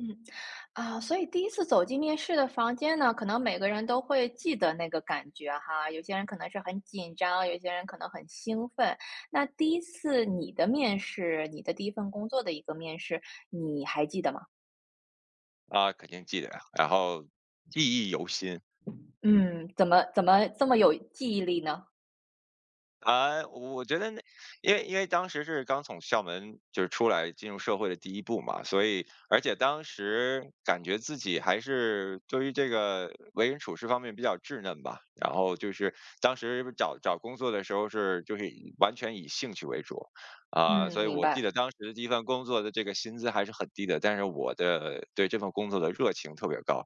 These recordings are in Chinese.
嗯，啊，所以第一次走进面试的房间呢，可能每个人都会记得那个感觉哈。有些人可能是很紧张，有些人可能很兴奋。那第一次你的面试，你的第一份工作的一个面试，你还记得吗？啊，肯定记得啊，然后记忆犹新。嗯，怎么这么有记忆力呢？啊，我觉得那因为当时是刚从校门就是出来进入社会的第一步嘛，所以而且当时感觉自己还是对于这个为人处事方面比较稚嫩吧，然后就是当时找工作的时候是就是以完全以兴趣为主。啊，嗯，所以明我记白。得当时的第一份工作的这个薪资还是很低的，但是我的对这份工作的热情特别高。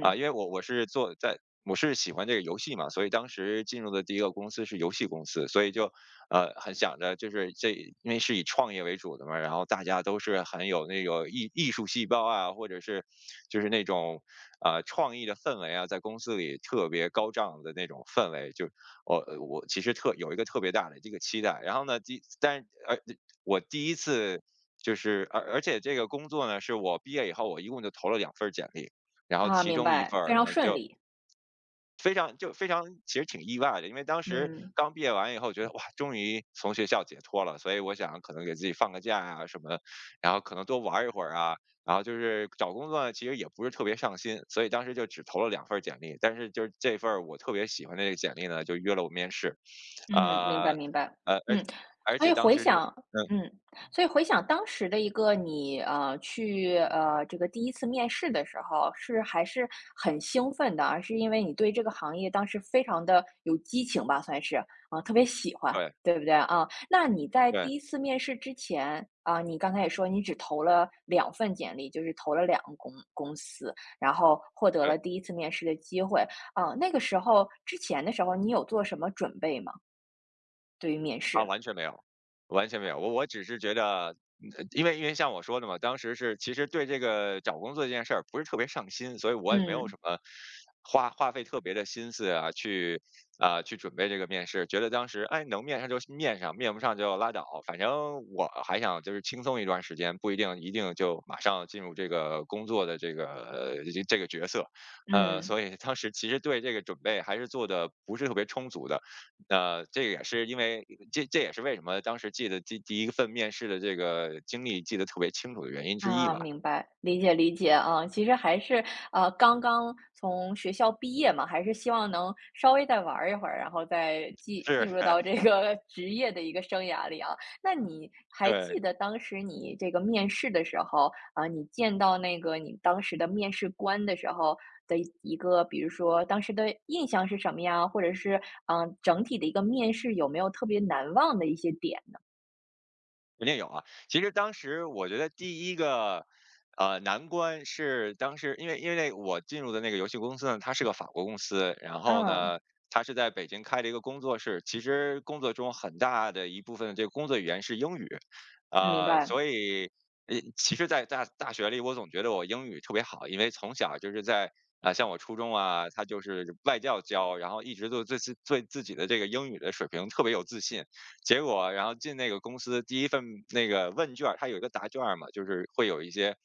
啊，因为我是喜欢这个游戏嘛，所以当时进入的第一个公司是游戏公司，所以就很想着就是这因为是以创业为主的嘛，然后大家都是很有那个艺术细胞啊，或者是就是那种创意的氛围啊，在公司里特别高涨的那种氛围，就我其实特有一个特别大的这个期待。然后呢，但是我第一次。就是，而且这个工作呢，是我毕业以后，我一共就投了两份儿简历，然后啊，其明中一白，份非儿，然常后顺就利。非常其实挺意外的，因为当时嗯。刚毕业完以后，觉得哇，终于从学校解脱了，所以我想可能给自己放个假啊什么的，然后可能多玩一会儿啊。然后就是找工作呢，其实也不是特别上心，所以当时就只投了两份儿简历，但是就是这份儿我特别喜欢的这个简历呢，就约了我面试。嗯，明啊，白明白。呃，而嗯，且而所以且当回时是想嗯，嗯，所以回想当时的一个你，这个第一次面试的时候，是还是很兴奋的，而是因为你对这个行业当时非常的有激情吧，算是，啊，特别喜欢，对对不对？啊，那你在对第一次面试之前，啊，你刚才也说你只投了两份简历，就是投了两个公司，然后获得对。了第一次面试的机会。啊，那个时候之前的时候，你有做什么准备吗？对于面啊，试，完全没有，完全没有。我只是觉得，因为像我说的嘛，当时是其实对这个找工作这件事儿不是特别上心，所以我也没有嗯什么花费特别的心思啊，去准备这个面试。觉得当时哎能面上就面上，面不上就拉倒，反正我还想就是轻松一段时间，不一定一定就马上进入这个工作的这个这个角色。嗯，所以当时其实对这个准备还是做的不是特别充足的。那这个也是因为这也是为什么当时记得第一份面试的这个经历记得特别清楚的原因之一啊，吧。明白，理解理解啊，其实还是刚刚从学校毕业嘛，还是希望能稍微再玩儿一会儿，然后再进是，进入到这 个 职业的一个生涯里啊。那你还对。记得当时你这个面试的时候啊，你见到那个你当时的面试官的时候的一个，比如说当时的印象是什么呀？或者是整体的一个面试有没有特别难忘的一些点呢？肯定有啊。其实当时我觉得第一个，难关是当时因为那我进入的那个游戏公司呢，它是个法国公司，然后嗯，呢，它是在北京开了一个工作室，其实工作中很大的一部分这个工作语言是英语，明白。所以。其实，在大学里，我总觉得我英语特别好，因为从小就是在啊、像我初中啊，他就是外教教，然后一直都对自己的这个英语的水平特别有自信，结果然后进那个公司第一份那个问卷儿，它有一个答卷儿嘛，就是会有一些，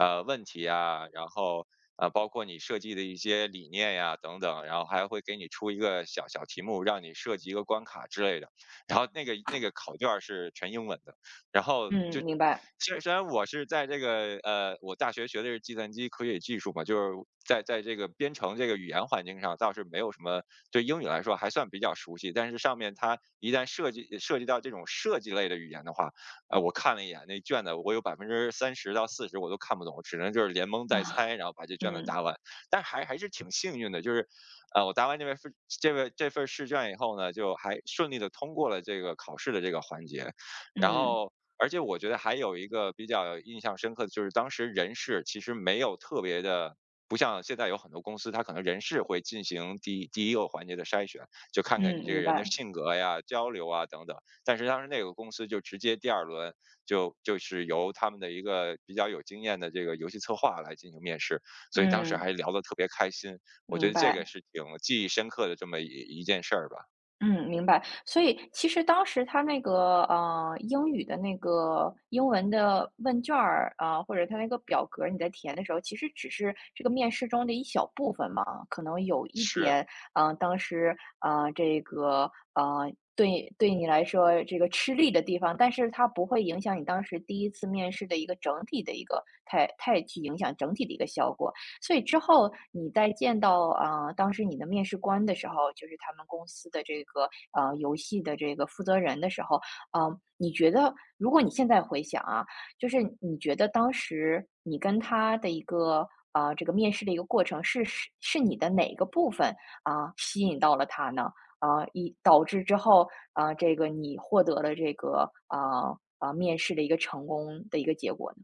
问题啊，然后，包括你设计的一些理念呀等等，然后还会给你出一个小小题目，让你设计一个关卡之类的。然后那个考卷儿是全英文的。然后就嗯，明白。虽然我是在这个我大学学的是计算机科学与技术嘛，就是在这个编程这个语言环境上倒是没有什么对英语来说还算比较熟悉，但是上面它一旦涉及到这种设计类的语言的话，我看了一眼那卷子，我有30%到40%我都看不懂，只能就是连蒙带啊，猜，然后把这卷子嗯，答完。但还是挺幸运的，就是我答完这份试卷以后呢，就还顺利的通过了这个考试的这个环节。然嗯，后而且我觉得还有一个比较印象深刻的，就是当时人事其实没有特别的，不像现在有很多公司，它可能人事会进行第一个环节的筛选，就看看你嗯，这个明人的白，性格呀、交流啊等等。但是当时那个公司就直接第二轮就是由他们的一个比较有经验的这个游戏策划来进行面试，所以当时嗯，还聊得特别开心。我觉明得这个白，是挺记忆深刻的这么一件事儿吧。嗯，明白。所以其实当时他那个，英语的那个英文的问卷儿，啊，或者他那个表格儿你在填的时候，其实只是这个面试中的一小部分嘛，可能有一是。点，当时，这个，对你来说这个吃力的地方，但是它不会影响你当时第一次面试的一个整体的一个太去影响整体的一个效果。所以之后你在见到啊，当时你的面试官的时候，就是他们公司的这个游戏的这个负责人的时候，你觉得如果你现在回想啊，就是你觉得当时你跟他的一个啊这个面试的一个过程是你的哪个部分啊、吸引到了他呢？啊，以导致之后啊、这个你获得了这个啊啊、面试的一个成功的一个结果呢？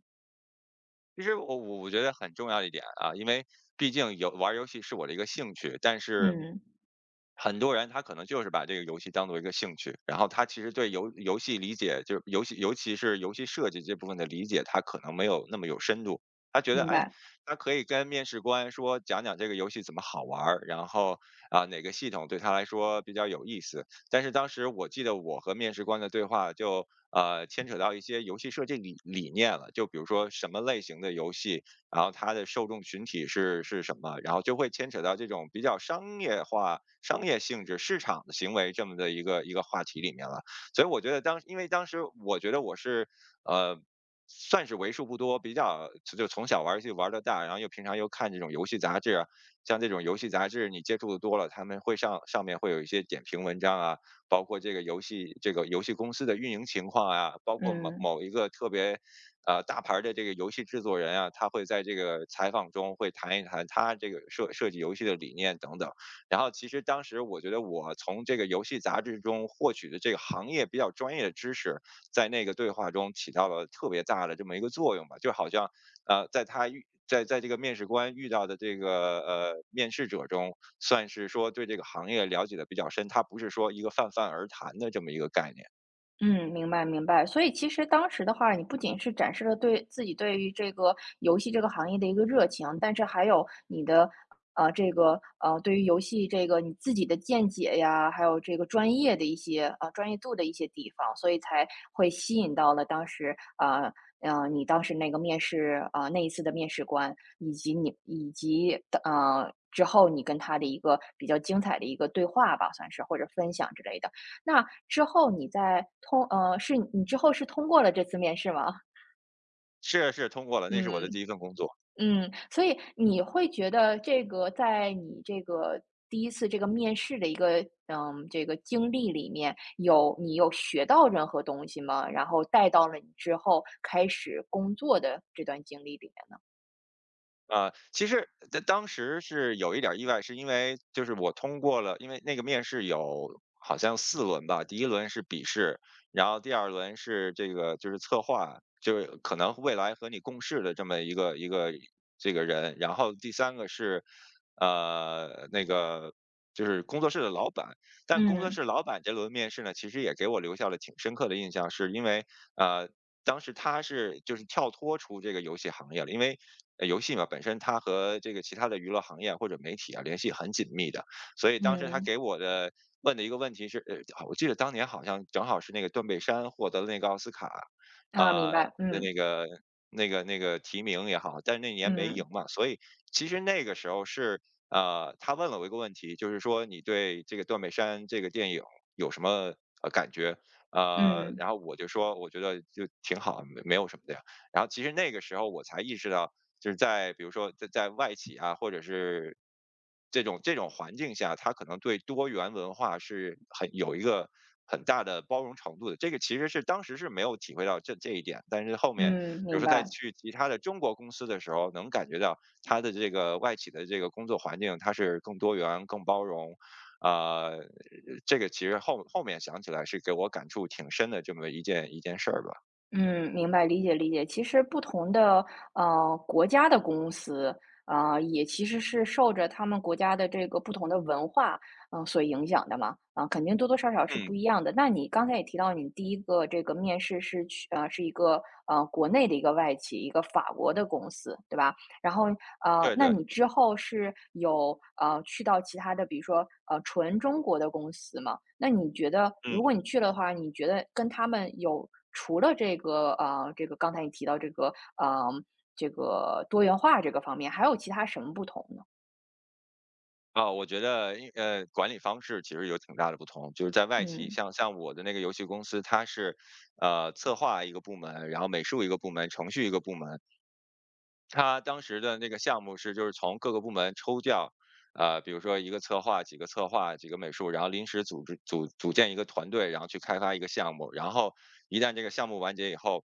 其实我觉得很重要的一点啊，因为毕竟有玩儿游戏是我的一个兴趣，但是嗯，很多人他可能就是把这个游戏当做一个兴趣，然后他其实对游戏理解，就是游戏尤其是游戏设计这部分的理解，他可能没有那么有深度。他觉得，明哎，白，他可以跟面试官说讲讲这个游戏怎么好玩儿，然后啊哪个系统对他来说比较有意思。但是当时我记得我和面试官的对话就牵扯到一些游戏设计理念了，就比如说什么类型的游戏，然后它的受众群体是什么，然后就会牵扯到这种比较商业化、商业性质、市场的行为这么的一个话题里面了。所以我觉得因为当时我觉得我是呃。算是为数不多比较就从小玩游戏玩到大，然后又平常又看这种游戏杂志啊，像这种游戏杂志你接触的多了，他们会上面会有一些点评文章啊，包括这个游戏公司的运营情况啊，包括某嗯。某一个特别大牌儿的这个游戏制作人啊，他会在这个采访中会谈一谈他这个设计游戏的理念等等。然后其实当时我觉得我从这个游戏杂志中获取的这个行业比较专业的知识，在那个对话中起到了特别大的这么一个作用吧，就好像在他遇在在这个面试官遇到的这个面试者中，算是说对这个行业了解的比较深，他不是说一个泛泛而谈的这么一个概念。嗯，明白明白。所以其实当时的话，你不仅是展示了对自己对于这个游戏这个行业的一个热情，但是还有你的这个对于游戏这个你自己的见解呀，还有这个专业的一些专业度的一些地方，所以才会吸引到了当时你当时那个面试那一次的面试官，以及之后你跟他的一个比较精彩的一个对话吧，算是或者分享之类的。那之后你是通过了这次面试吗？是是通过了，那是我的嗯，第一份工作。嗯，所以你会觉得这个在你这个第一次这个面试的一个，这个经历里面，你有学到任何东西吗？然后带到了你之后开始工作的这段经历里面？啊，其实在当时是有一点儿意外，是因为就是我通过了，因为那个面试有好像四轮吧，第一轮是笔试，然后第二轮是这个就是策划，就是可能未来和你共事的这么一个这个人，然后第三个是，那个就是工作室的老板。但工作嗯，室老板这轮面试呢，其实也给我留下了挺深刻的印象，是因为，呃，当时他是就是跳脱出这个游戏行业了，因为游戏嘛本身它和这个其他的娱乐行业或者媒体啊联系很紧密的，所以当时他嗯，给我的问的一个问题是，我记得当年好像正好是那个断背山获得了那个奥斯卡，啊，明啊、白，的嗯，那个提名也好，但是那年没赢嗯，嘛，所以其实那个时候是他问了我一个问题，就是说你对这个断背山这个电影有什么感觉？嗯，然后我就说我觉得就挺好，没有什么的呀。然后其实那个时候我才意识到，就是在比如说在外企啊，或者是这种环境下，它可能对多元文化是很有一个很大的包容程度的。这个其实是当时是没有体会到这一点，但是后面嗯，比如明说在白。去其他的中国公司的时候，能感觉到它的这个外企的这个工作环境，它是更多元、更包容，啊，这个其实后面想起来是给我感触挺深的这么一件事儿吧。嗯，明白，理解理解。其实不同的国家的公司啊、也其实是受着他们国家的这个不同的文化所影响的嘛，啊、肯定多多少少是嗯，不一样的。那你刚才也提到，你第一个这个面试是是一个国内的一个外企，一个法国的公司，对吧？然后对那对，你之后是有去到其他的，比如说纯中国的公司吗？那你觉得嗯，如果你去了的话，你觉得跟他们有除了这个刚才你提到这个多元化这个方面，还有其他什么不同呢？啊，我觉得管理方式其实有挺大的不同，就是在外企，嗯像我的那个游戏公司，它是策划一个部门，然后美术一个部门，程序一个部门，他当时的那个项目是就是从各个部门抽调，呃，比如说一个策划、几个策划、几个美术，然后临时组织组组建一个团队，然后去开发一个项目。然后一旦这个项目完结以后，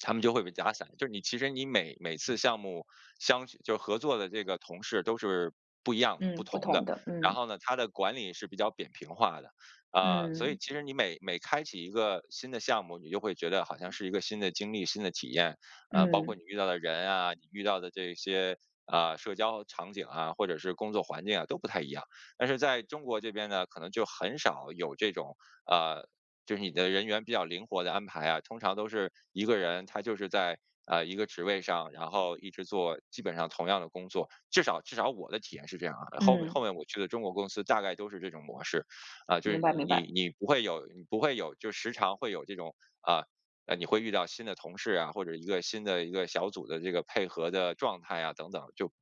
他们就会被打散。就是你其实你每次项目就是合作的这个同事都是不一样的、不嗯，不同的。同的，然嗯后呢，他的管理是比较扁平化的，啊、所以嗯其实你每开启一个新的项目，你就会觉得好像是一个新的经历、新的体验。呃，包括你嗯遇到的人啊，你遇到的这些啊社交场景啊，或者是工作环境啊，都不太一样。但是在中国这边呢，可能就很少有这种呃，就是你的人员比较灵活的安排啊，通常都是一个人他就是在。呃，一个职位上，然后一直做基本上同样的工作，至少我的体验是这样啊。后面后嗯，面我去的中国公司大概都是这种模式，啊、就是明白你明你白，你不会有你不会有就时常会有这种啊、呃，你会遇到新的同事啊，或者一个新的一个小组的这个配合的状态啊，等等，就，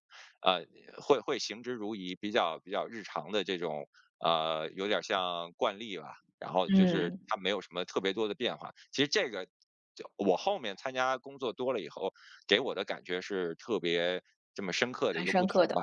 呃，会行之如仪，比较日常的这种，呃，有点像惯例吧。然后就是嗯，它没有什么特别多的变化。其实这个，就我后面参加工作多了以后，给我的感觉是特别这么深刻的一很个不深刻同的。吧。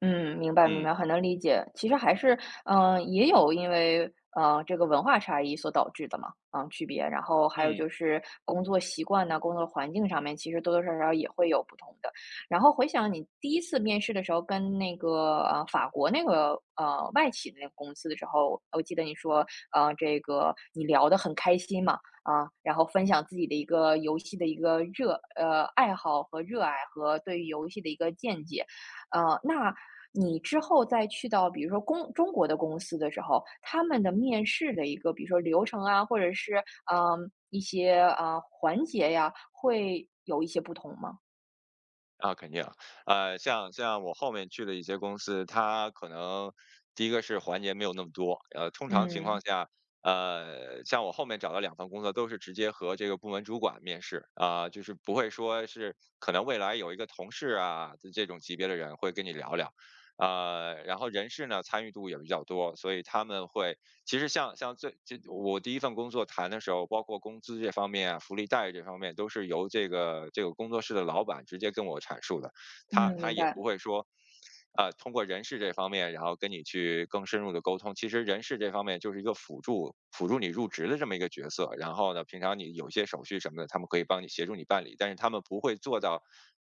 嗯，明白明白，嗯很能理解。其实还是，也有因为，这个文化差异所导致的嘛，区别。然后还有嗯。就是工作习惯呐、工作环境上面，其实多多少少也会有不同的。然后回想你第一次面试的时候，跟那个法国那个外企的那个公司的时候，我记得你说，这个你聊得很开心嘛，啊，然后分享自己的一个游戏的一个爱好和热爱和对于游戏的一个见解。那你之后再去到比如说中国的公司的时候，他们的面试的一个比如说流程啊，或者是一些环节呀，会有一些不同吗？啊，肯定，呃，像我后面去的一些公司，它可能第一个是环节没有那么多，呃，通常情况嗯下，呃，像我后面找的两份工作都是直接和这个部门主管面试，啊、就是不会说是可能未来有一个同事啊这种级别的人会跟你聊聊，呃，然后人事呢参与度也比较多，所以他们会其实像像最这我第一份工作谈的时候，包括工资这方面啊、福利待遇这方面，都是由这个工作室的老板直接跟我阐述的，他嗯，他明也白，不会说。啊，通过人事这方面，然后跟你去更深入的沟通。其实人事这方面就是一个辅助，辅助你入职的这么一个角色。然后呢，平常你有一些手续什么的，他们可以帮你协助你办理，但是他们不会做到，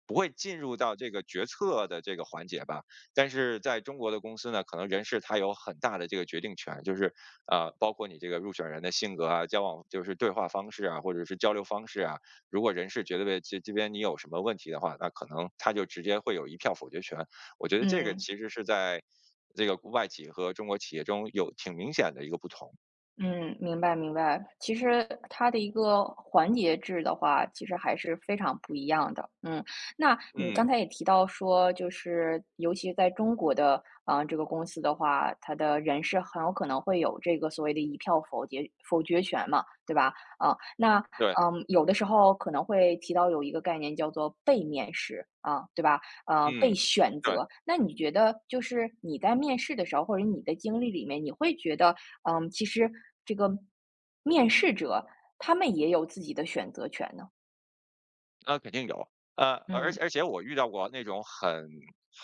不会进入到这个决策的这个环节吧？但是在中国的公司呢，可能人事他有很大的这个决定权，就是呃，包括你这个入选人的性格啊、交往就是对话方式啊，或者是交流方式啊。如果人事觉得这边你有什么问题的话，那可能他就直接会有一票否决权。我觉得这个嗯。其实是在这个外企和中国企业中有挺明显的一个不同。嗯，明白明白。其实它的一个环节制的话，其实还是非常不一样的。嗯，那你嗯，刚才也提到说，就是尤其在中国的啊、这个公司的话，它的人事很有可能会有这个所谓的一票否决权嘛，对吧？啊、那对，有的时候可能会提到有一个概念叫做被面试啊、对吧？被嗯，选对。择。那你觉得，就是你在面试的时候，或者你的经历里面，你会觉得其实这个面试者他们也有自己的选择权呢。那肯定有，呃，而嗯而且我遇到过那种很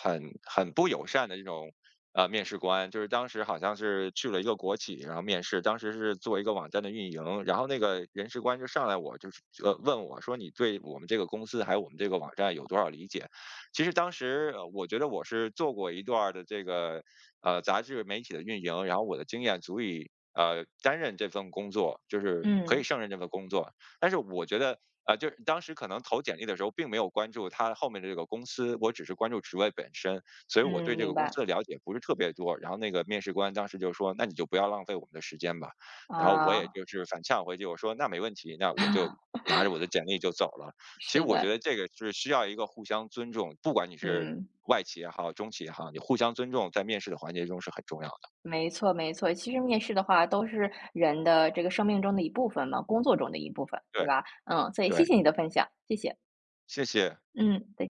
很很不友善的这种呃面试官，就是当时好像是去了一个国企，然后面试，当时是做一个网站的运营，然后那个人事官就上来我就是呃问我说你对我们这个公司还有我们这个网站有多少理解？其实当时呃我觉得我是做过一段儿的这个呃杂志媒体的运营，然后我的经验足以。呃，担任这份工作就是可以嗯胜任这份工作，但是我觉得啊，就是当时可能投简历的时候并没有关注他后面的这个公司，我只是关注职位本身，所以我对嗯，这个明公白司的了解不是特别多。然后那个面试官当时就说："那你就不要浪费我们的时间吧。"然后我也啊，就是反呛回去，我说："那没问题。"那我就拿着我的简历就走了。其实是我觉的，得这个是需要一个互相尊重，不管你是嗯，外企也好，中企也好，你互相尊重在面试的环节中是很重要的。没错没错。其实面试的话，都是人的这个生命中的一部分嘛，工作中的一部分，对对吧？嗯，所以谢对，谢你的分享，谢谢，谢谢。嗯，再见。